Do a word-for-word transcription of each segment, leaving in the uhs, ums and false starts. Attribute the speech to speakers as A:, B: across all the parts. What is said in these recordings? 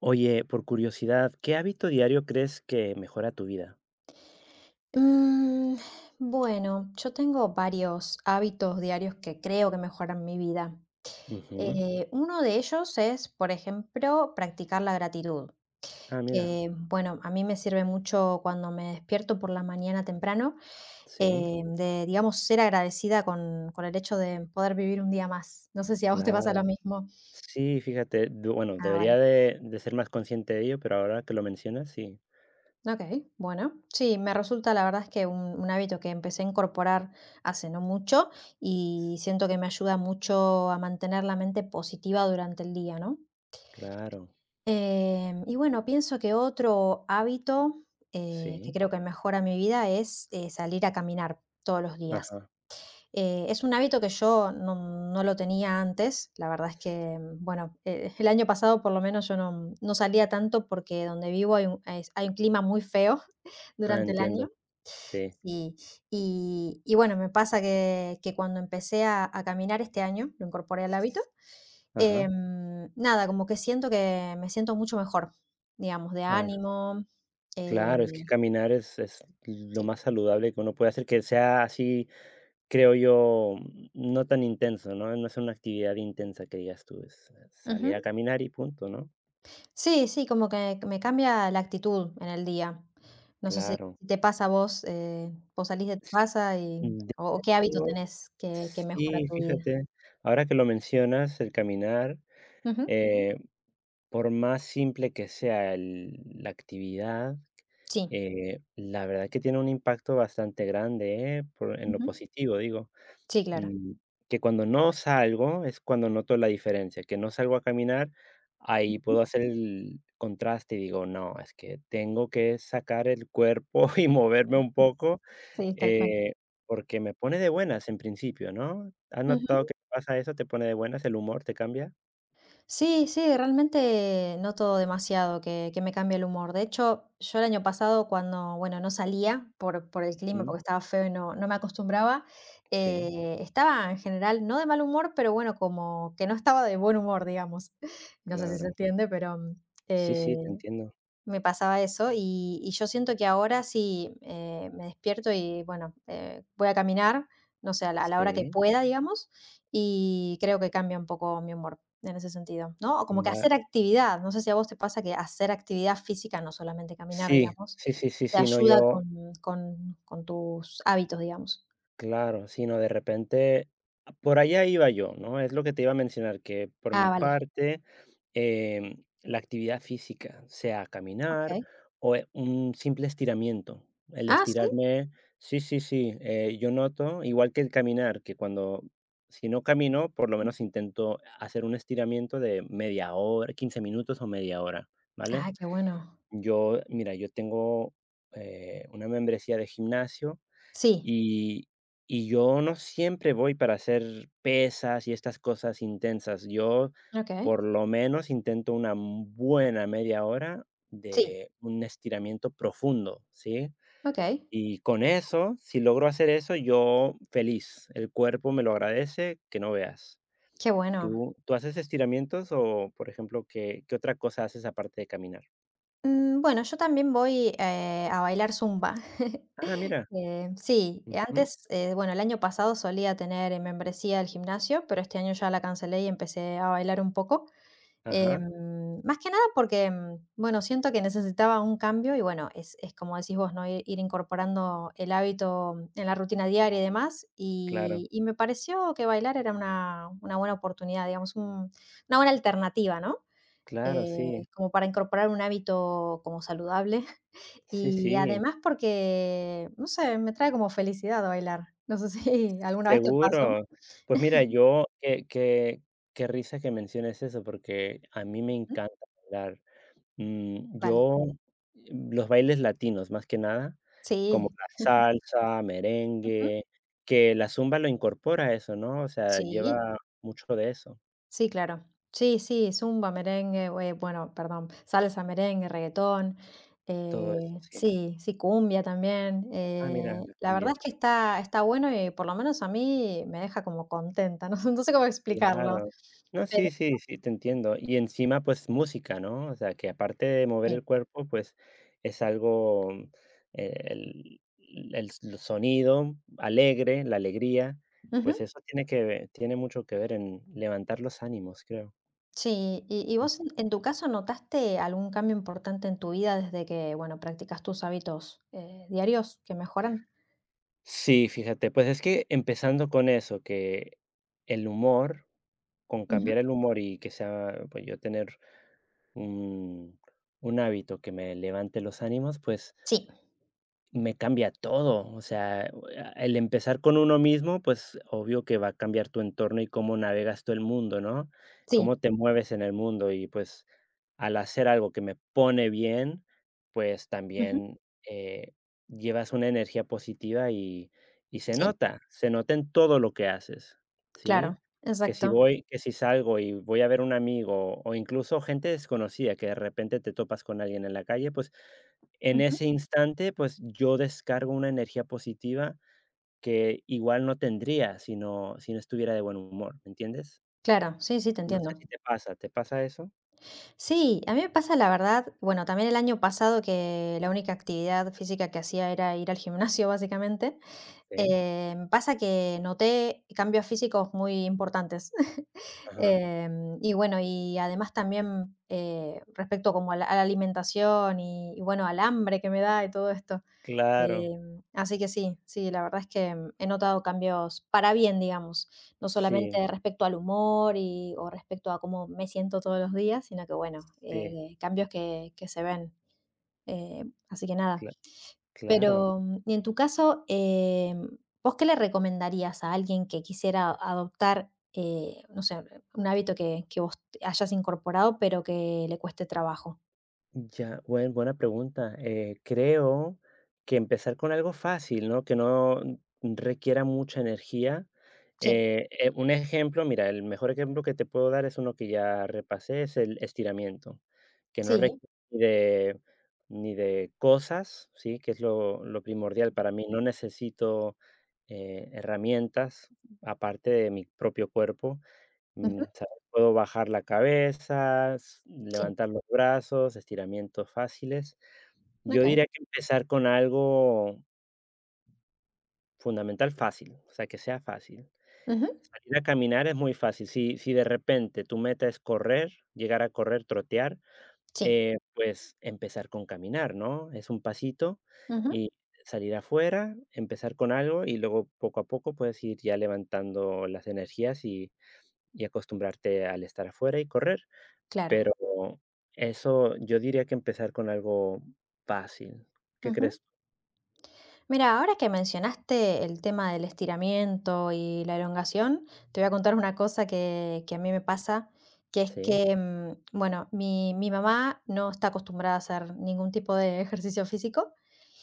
A: Oye, por curiosidad, ¿qué hábito diario crees que mejora tu vida?
B: Mm, bueno, yo tengo varios hábitos diarios que creo que mejoran mi vida.
A: Ujú.
B: Eh, uno de ellos es, por ejemplo, practicar la gratitud,
A: Ah, mira,
B: que bueno, a mí me sirve mucho cuando me despierto por la mañana temprano,
A: sí,
B: eh, de, digamos, ser agradecida con, con el hecho de poder vivir un día más. No sé si a vos te pasa lo
A: claro.
B: mismo.
A: Sí, fíjate, de- bueno,
B: Ah, vale.
A: debería de, de ser más consciente de ello, pero ahora que lo mencionas, sí,
B: Okey, bueno. Sí, me resulta, la verdad es que un un hábito que empecé a incorporar hace no mucho, y siento que me ayuda mucho a mantener la mente positiva durante el día, ¿no?
A: claro,
B: Em, y bueno, pienso que otro hábito, eh, que
A: sí,
B: creo que mejora mi vida es, eh, salir a caminar todos los días.
A: ajá.
B: Eh, es un hábito que yo no, no lo tenía antes. La verdad es que, mm, bueno, eh, el año pasado por lo menos yo no, no salía tanto porque donde vivo hay un, es- hay un clima muy feo
A: Ah,
B: durante el año.
A: entiendo, sí,
B: Y, y- y bueno, me pasa que, que cuando empecé a, a caminar este año, lo incorporé al hábito,
A: ajá.
B: em, nada, como que siento que me siento mucho mejor, digamos, de
A: Ah,
B: ánimo.
A: claro, es que
B: eh,
A: caminar es, es lo
B: sí.
A: más saludable que uno puede hacer, que sea así, creo yo, no tan intenso, ¿no? No es una actividad intensa que digas tú, es eh, salir a
B: Ujú.
A: caminar y punto, ¿no?
B: Sí, sí, como que que me cambia la actitud en el día. No sé si
A: Claro.
B: si te pasa a vos, eh, vos salís de tu casa y
A: De
B: o o qué hábito
A: hecho,
B: tenés que que mejora
A: sí,
B: tu vida.
A: fíjate, ahora que lo mencionas, el caminar,
B: Ujú,
A: eh, por más simple que sea el la actividad,
B: sí,
A: eh, la verdad que tiene un impacto bastante grande, ¿eh? Por en lo
B: ujú,
A: positivo, digo,
B: sí, claro.
A: mm, que cuando no salgo es cuando noto la diferencia, que no salgo a caminar, ahí puedo
B: Ujú,
A: hacer el contraste y digo: "No, es que tengo que sacar el cuerpo y moverme un poco".
B: sí, tal cual.
A: Eh, porque me pone de buenas en principio, ¿no? ¿Has notado
B: Ujú.
A: que pasa eso? ¿Te pone de buenas? ¿El humor te cambia?
B: Sí, sí, realmente noto demasiado que, que me cambia el humor. De hecho, yo el año pasado cuando, bueno, no salía por, por el clima,
A: Ujú.
B: porque estaba feo y no, no me acostumbraba,
A: Sí,
B: eh, estaba en general no de mal humor, pero bueno, como que no estaba de buen humor, digamos. No sé si se
A: claro.
B: entiende, pero mm,
A: Sí, sí, te
B: eh,
A: entiendo.
B: me pasaba eso y, y yo siento que ahora sí eh, me despierto y bueno, eh, voy a caminar, no sé, a la, a la hora que
A: Sí,
B: pueda, digamos, y creo que cambia un poco mi humor en ese sentido, ¿no? O como que
A: va.
B: hacer actividad, no sé si a vos te pasa que hacer actividad física, no solamente caminar,
A: Sí,
B: digamos,
A: sí, sí, sí,
B: te
A: sí, no,
B: ayuda
A: yo
B: con, con, con tus hábitos, digamos.
A: claro, sino de repente, a por allá iba yo, ¿no? Es lo que te iba a mencionar, que por mi
B: Ah, vale.
A: parte, em, la actividad física, sea caminar
B: Ok.
A: o, eh, un simple estiramiento. El
B: Ah, sí.
A: estirarme sí, sí, sí, eh, yo noto, igual que el caminar, que cuando si no camino, por lo menos intento hacer un estiramiento de media hora, quince minutos o media hora, ¿vale?
B: Ah, qué bueno.
A: Yo, mira, yo tengo, eh, una membresía de gimnasio
B: Sí.
A: y y yo no siempre voy para hacer pesas y estas cosas intensas. Yo,
B: Ok.
A: por lo menos, intento una buena media hora
B: Sí.
A: de un estiramiento profundo, ¿sí?
B: Ok.
A: Y con eso, si logro hacer eso, yo feliz. El cuerpo me lo agradece que no veas.
B: Qué bueno.
A: ¿Tú tú haces estiramientos o, por ejemplo, qué qué otra cosa haces aparte de caminar?
B: Mm, bueno, yo también voy, eh, a bailar zumba.
A: Ah, mira.
B: Eh, sí,
A: Ujú.
B: antes, eh, bueno, el año pasado solía tener, eh, membresía del gimnasio, pero este año ya la cancelé y empecé a bailar un poco.
A: Ajá.
B: Em, más que nada porque, mm, bueno, siento que necesitaba un cambio y bueno, es, es como decís vos, ¿no? Ir, ir incorporando el hábito en la rutina diaria y demás.
A: Claro,
B: Y, y me pareció que bailar era una, una buena oportunidad, digamos, un- una buena alternativa, ¿no?
A: claro,
B: Eh,
A: sí.
B: como para incorporar un hábito como saludable
A: Sí,
B: y
A: sí.
B: además porque, no sé, me trae como felicidad bailar. No sé si alguna vez te pasó.
A: Seguro. Pues mira, yo qué qué qué risa que menciones eso, porque a mí me
B: Ujú,
A: encanta bailar. Mm,
B: vale.
A: yo los bailes latinos, más que nada, como
B: Sí,
A: la salsa,
B: ujú,
A: merengue, que la zumba lo incorpora a eso, ¿no? O sea,
B: sí,
A: lleva mucho de eso,
B: sí, claro. Sí, sí, zumba, merengue, eh, bueno, perdón, salsa, merengue, reggaetón,
A: todo
B: eh,
A: eso, sí.
B: sí, sí, cumbia también.
A: Ah, mira,
B: Eh,
A: la
B: la verdad
A: cumbia.
B: es que está, está bueno y por lo menos a mí me deja como contenta, no, sé no sé cómo explicarlo,
A: Claro. No,
B: pero
A: sí, sí, sí, te entiendo. Y encima, pues, música, ¿no? O sea, que aparte de mover
B: sí.
A: el cuerpo, pues, es algo, mm, el el el sonido alegre, la alegría, pues
B: Ujú.
A: eso tiene que ve- tiene mucho que ver en levantar los ánimos, creo.
B: Sí, y, y
A: Ujú.
B: vos en en tu caso notaste algún cambio importante en tu vida desde que, bueno, practicas tus hábitos, eh, diarios que mejoran.
A: Sí, fíjate, pues es que empezando con eso, que el humor, con
B: Ujú.
A: cambiar el humor y que sea, pues yo tener un un hábito que me levante los ánimos, pues
B: Sí,
A: me cambia todo, o sea, el empezar con uno mismo, pues, obvio que va a cambiar tu entorno y cómo navegas tú el mundo, ¿no?
B: sí,
A: Cómo te mueves en el mundo y, pues, al hacer algo que me pone bien, pues,
B: ujú,
A: también, eh, llevas una energía positiva y y se
B: sí,
A: nota, se nota en todo lo que haces,
B: claro,
A: ¿sí? Que si
B: exacto.
A: voy que si salgo y voy a ver un amigo o incluso gente desconocida que de repente te topas con alguien en la calle, pues en
B: Ujú,
A: ese instante, pues, yo descargo una energía positiva que igual no tendría si no si no estuviera de buen humor, ¿me entiendes?
B: claro, sí, sí, te
A: No sé
B: entiendo.
A: si te pasa, ¿te pasa eso?
B: Sí, a mí me pasa la verdad, bueno, también el año pasado que la única actividad física que hacía era ir al gimnasio, básicamente,
A: Sí,
B: eh, me pasa que noté cambios físicos muy importantes.
A: ajá,
B: Em, y bueno, y además también, eh, respecto como a la a la alimentación y y bueno, al hambre que me da y todo esto.
A: claro,
B: Em, así que sí, sí, la verdad es que, mm, he notado cambios para bien, digamos, no
A: sí,
B: solamente respecto al humor y o respecto a cómo me siento todos los días, sino que bueno,
A: sí,
B: eh, cambios que que se ven, eh, así que nada.
A: cla claro.
B: Pero, mm, y en tu caso, em, ¿vos qué le recomendarías a alguien que quisiera adoptar, eh, no sé, un hábito que, que vos hayas incorporado, pero que le cueste trabajo?
A: Ya, buen buena pregunta. Eh, creo que empezar con algo fácil, ¿no? Que no requiera mucha energía.
B: Sí,
A: Eh, eh, un ejemplo, mira, el mejor ejemplo que te puedo dar es uno que ya repasé, es el estiramiento, que no
B: sí,
A: requiere ni de, ni de cosas, ¿sí? Que es lo, lo primordial para mí. No necesito eh, herramientas aparte de mi propio cuerpo. Mm,
B: ujú,
A: ¿sabes? Puedo bajar la cabeza, s-
B: sí,
A: levantar los brazos, estiramientos fáciles. Yo
B: okey,
A: diría que empezar con algo fundamental fácil, o sea, que sea fácil.
B: ujú,
A: Salir a caminar es muy fácil. Si, si de repente tu meta es correr, llegar a correr, trotear,
B: sí,
A: eh, pues empezar con caminar, ¿no? Es un pasito
B: ujú,
A: y salir afuera, empezar con algo y luego poco a poco puedes ir ya levantando las energías y, y acostumbrarte al estar afuera y correr.
B: claro.
A: Pero eso yo diría que empezar con algo fácil, ¿qué crees?
B: Mira, ahora que mencionaste el tema del estiramiento y la elongación, te voy a contar una cosa que, que a mí me pasa, que es
A: Sí,
B: que, mm, bueno, mi, mi mamá no está acostumbrada a hacer ningún tipo de ejercicio físico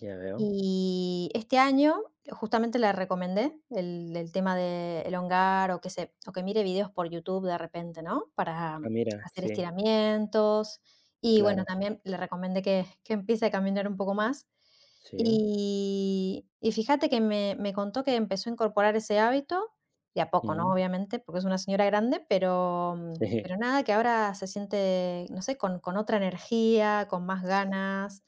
A: ya veo.
B: y este año justamente le recomendé el, el tema de elongar o que, se, o que mire videos por YouTube de repente, ¿no? Para
A: Ah, mira,
B: hacer
A: sí,
B: estiramientos y bueno,
A: claro.
B: también le recomendé que, que empiece a caminar un poco más.
A: Sí,
B: Y y fíjate que me me contó que empezó a incorporar ese hábito, de a poco, ¿no?,
A: mm,
B: obviamente, porque es una señora grande, pero mm, pero nada, que ahora se siente, no sé, con con otra energía, con más
A: sí,
B: ganas.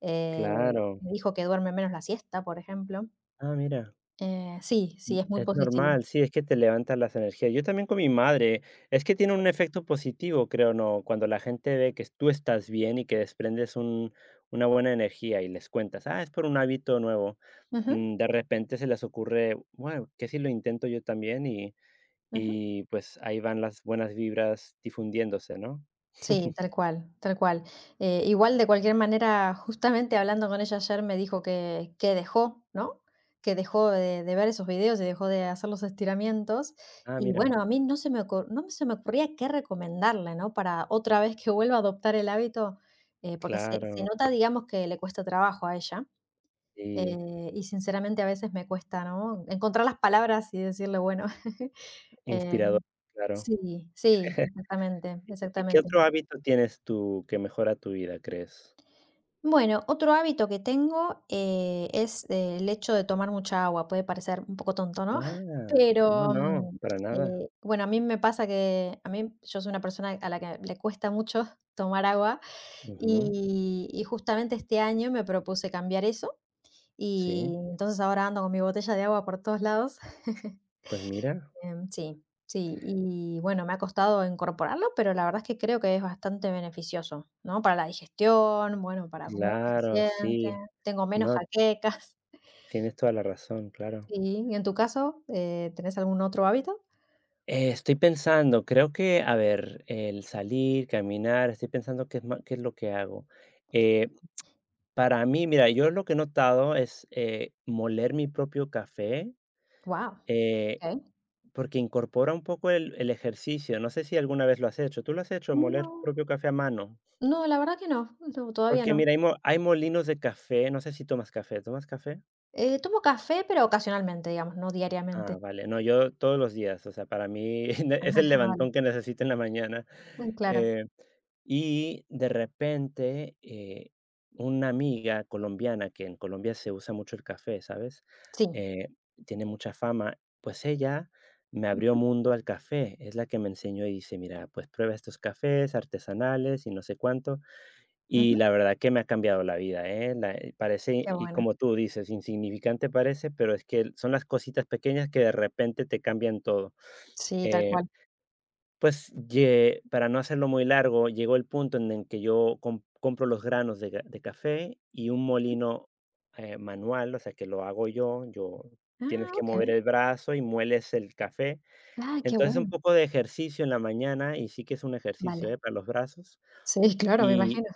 B: Eh,
A: claro.
B: Me dijo que duerme menos la siesta, por ejemplo.
A: Ah, mira,
B: Eh, sí,
A: mm,
B: sí, es muy
A: es
B: positivo.
A: normal, sí, es que te levanta las energías. Yo también con mi madre, es que tiene un efecto positivo, creo, ¿no? Cuando la gente ve que tú estás bien y que desprendes un una buena energía y les cuentas: "Ah, es por un hábito nuevo",
B: Ujú,
A: mm, de repente se les ocurre: "Bueno, ¿qué si lo intento yo también?" Y
B: ujú.
A: y, pues, ahí van las buenas vibras difundiéndose, ¿no?
B: Sí, tal cual, tal cual. Eh, igual, de cualquier manera, justamente hablando con ella ayer me dijo que, que dejó, ¿no? Que dejó de, de ver esos videos y dejó de hacer los estiramientos.
A: Ah,
B: Y
A: mira,
B: bueno, a mí no se me ocur- no se me ocurría qué recomendarle, ¿no? Para otra vez que vuelva a adoptar el hábito, eh, porque se, se
A: claro,
B: nota, digamos, que le cuesta trabajo a ella.
A: y
B: Eh, y sinceramente a veces me cuesta, ¿no? Encontrar las palabras y decirle, bueno, eh,
A: inspirador, claro.
B: sí, sí, exactamente,
A: ¿Y qué
B: exactamente.
A: otro hábito tienes tú que mejora tu vida, crees?
B: Bueno, otro hábito que tengo, eh, es eh, el hecho de tomar mucha agua. Puede parecer un poco tonto, ¿no?
A: Ah, no,
B: Pero,
A: no,
B: mm,
A: para nada.
B: eh, bueno, a mí me pasa que a mí yo soy una persona a la que le cuesta mucho tomar agua
A: Ujú,
B: y, y justamente este año me propuse cambiar eso y
A: sí,
B: entonces ahora ando con mi botella de agua por todos lados.
A: pues mira,
B: Em, sí, sí, y bueno, me ha costado incorporarlo, pero la verdad es que creo que es bastante beneficioso, ¿no? Para la digestión, bueno, para cómo uno se
A: claro,
B: siente,
A: sí,
B: tengo menos
A: no,
B: jaquecas.
A: tienes toda la razón, claro.
B: Sí, ¿y en tu caso, eh, tenés algún otro hábito?
A: Eh, estoy pensando, creo que, a ver, el salir, caminar, estoy pensando qué es ma qué es lo que hago. Eh, para mí, mira, yo lo que he notado es, eh, moler mi propio café,
B: Wow.
A: eh,
B: Okey.
A: porque incorpora un poco el el ejercicio. No sé si alguna vez lo has hecho, ¿tú lo has hecho, moler tu
B: No,
A: propio café a mano?
B: no, la verdad que no, no, todavía
A: Porque
B: no.
A: mira, hay mo hay molinos de café, no sé si tomas café, ¿tomas café?
B: Eh, tomo café, pero ocasionalmente, digamos, no diariamente.
A: Ah, vale. No, yo todos los días, o sea, para mí ne- es
B: Ajá,
A: el
B: vale.
A: levantón que necesito en la mañana.
B: Mm, claro.
A: Eh, y de repente, eh, una amiga colombiana, que en Colombia se usa mucho el café, ¿sabes?
B: Sí.
A: Eh, tiene mucha fama, pues ella me abrió
B: Ujú,
A: mundo al café, es la que me enseñó y dice, mira, pues prueba estos cafés artesanales y no sé cuánto. Y
B: ujú.
A: la verdad que me ha cambiado la vida, ¿eh? La eh, parece,
B: Qué
A: y
B: bueno.
A: como tú dices, insignificante parece, pero es que son las cositas pequeñas que de repente te cambian todo.
B: Sí, tal
A: Eh,
B: cual.
A: pues, ye para no hacerlo muy largo, llegó el punto en el que yo com compro los granos de ga de café y un molino, eh, manual, o sea, que lo hago yo. Yo
B: Ah,
A: tienes que mover
B: okey.
A: el brazo y mueles el café.
B: Ah, qué
A: Entonces, un
B: bueno.
A: poco de ejercicio en la mañana, y sí que es un
B: Vale.
A: ejercicio, ¿eh?, para los brazos.
B: Sí, claro, me
A: Y
B: imagino.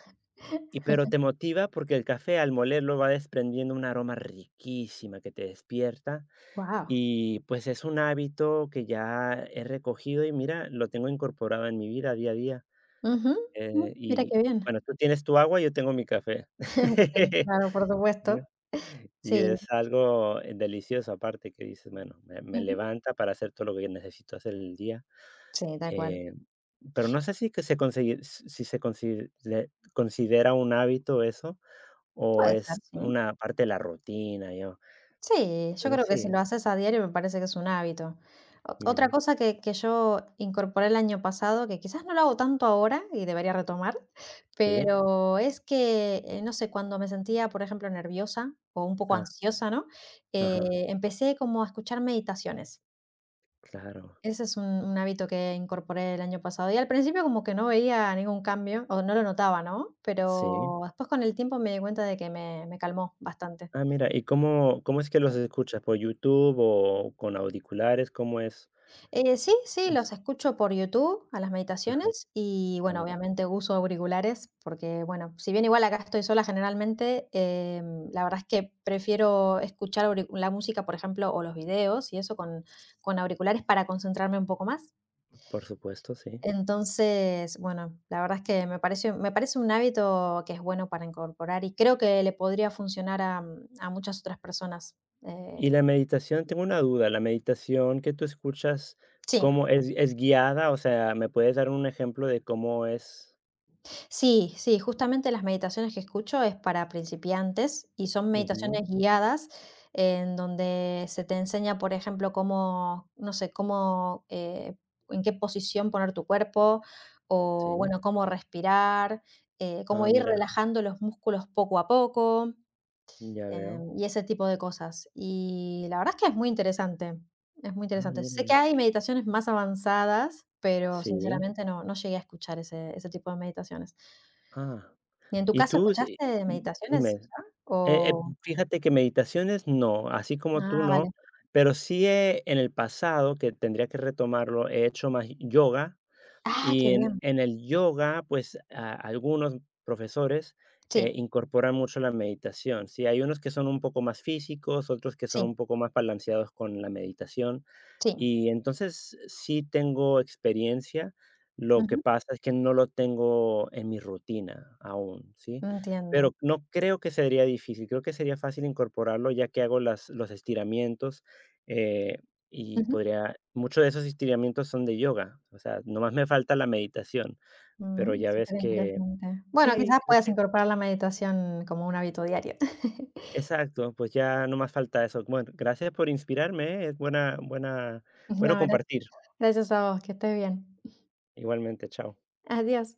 A: y pero te motiva porque el café al molerlo va desprendiendo un aroma riquísima que te despierta
B: Wow,
A: y pues es un hábito que ya he recogido y mira, lo tengo incorporado en mi vida día a día.
B: ujú,
A: Eh,
B: mm, mira qué
A: y
B: bien.
A: bueno, tú tienes tu agua, yo tengo mi café.
B: Sí, claro, por
A: ¿no?
B: supuesto.
A: Y
B: Sí,
A: es algo, eh, delicioso aparte que dices, bueno, me me
B: ujú.
A: levanta para hacer todo lo que necesito hacer el día.
B: Sí, tal cual.
A: Eh, pero no sé si que se consigue si se consi de considera un hábito eso, o
B: Puede ser,
A: es
B: sí.
A: una parte de la rutina, yo
B: Sí, yo
A: pero
B: creo que si
A: sí,
B: lo haces a diario me parece que es un hábito. O otra
A: mira,
B: cosa que que yo incorporé el año pasado, que quizás no lo hago tanto ahora y debería retomar,
A: sí,
B: pero es que, eh, no sé, cuando me sentía, por ejemplo, nerviosa o un poco
A: ah,
B: ansiosa, ¿no?
A: ajá,
B: Eh, empecé como a escuchar meditaciones.
A: claro,
B: Ese es un un hábito que incorporé el año pasado, y al principio como que no veía ningún cambio, o no lo notaba, ¿no?
A: sí.
B: Pero después con el tiempo me di cuenta de que me me calmó bastante,
A: Ah, mira, ¿y cómo cómo es que los
B: sí.
A: escuchas? ¿Por YouTube o con auriculares? ¿Cómo es
B: Eh, sí, sí, los
A: eso?
B: escucho por YouTube a las
A: Ajá,
B: meditaciones y,
A: ah,
B: bueno,
A: mira,
B: obviamente uso auriculares porque, bueno, si bien igual acá estoy sola generalmente, em, la verdad es que prefiero escuchar auricu la música, por ejemplo, o los videos y eso con con auriculares para concentrarme un poco más.
A: por supuesto, sí.
B: Entonces, bueno, la verdad es que me parece me parece un hábito que es bueno para incorporar y creo que le podría funcionar a, mm, a muchas otras personas.
A: Y
B: Eh,
A: la meditación, tengo una duda, la meditación que tú escuchas,
B: sí,
A: ¿cómo es es guiada? O sea, ¿me puedes dar un ejemplo de cómo es?
B: sí, sí, justamente las meditaciones que escucho es para principiantes y son
A: Ujú,
B: meditaciones guiadas en donde se te enseña, por ejemplo, cómo, no sé, cómo, eh, en qué posición poner tu cuerpo o,
A: sí.
B: bueno, cómo respirar, eh, cómo
A: Ah,
B: ir
A: mira,
B: relajando los músculos poco a poco.
A: ya veo.
B: Em, y ese tipo de cosas. Y la verdad es que es muy interesante, es muy
A: Ah,
B: interesante. Sé que
A: mira,
B: hay meditaciones más avanzadas, pero
A: sí,
B: sinceramente no, no llegué a escuchar ese, ese tipo de meditaciones.
A: ah.
B: ¿Y en tu
A: Y
B: caso
A: tú, sí,
B: escuchaste
A: mm, dime.
B: meditaciones ya?
A: Eh eh,
B: O...
A: fíjate que meditaciones no, así como tú
B: Ah, vale.
A: no, pero sí, eh, en el pasado, que tendría que retomarlo, he hecho más yoga.
B: Ah, qué
A: Y en
B: bien.
A: en el yoga, pues, a algunos profesores,
B: Sí,
A: eh, incorporan mucho la meditación, sí, hay unos que son un poco más físicos, otros que son
B: sí,
A: un poco más balanceados con la meditación.
B: sí.
A: Y entonces, sí tengo experiencia, lo que
B: Ujú,
A: pasa es que no lo tengo en mi rutina aún, ¿sí?
B: entiendo.
A: Pero no creo que sería difícil, creo que sería fácil incorporarlo, ya que hago las los estiramientos, eh y
B: Ujú,
A: podría muchos de esos estiramientos son de yoga, o sea, nomás me falta la meditación, pero
B: mm,
A: ya ves que
B: superinteresante. Bueno,
A: sí,
B: quizás
A: creo
B: puedas
A: que
B: incorporar la meditación como un hábito diario.
A: exacto, pues ya nomás falta eso. Bueno, gracias por inspirarme, ¿eh? Es buena buena bueno
B: No, gracias,
A: compartir.
B: gracias a vos, que estés bien.
A: Igualmente, chao.
B: Adiós.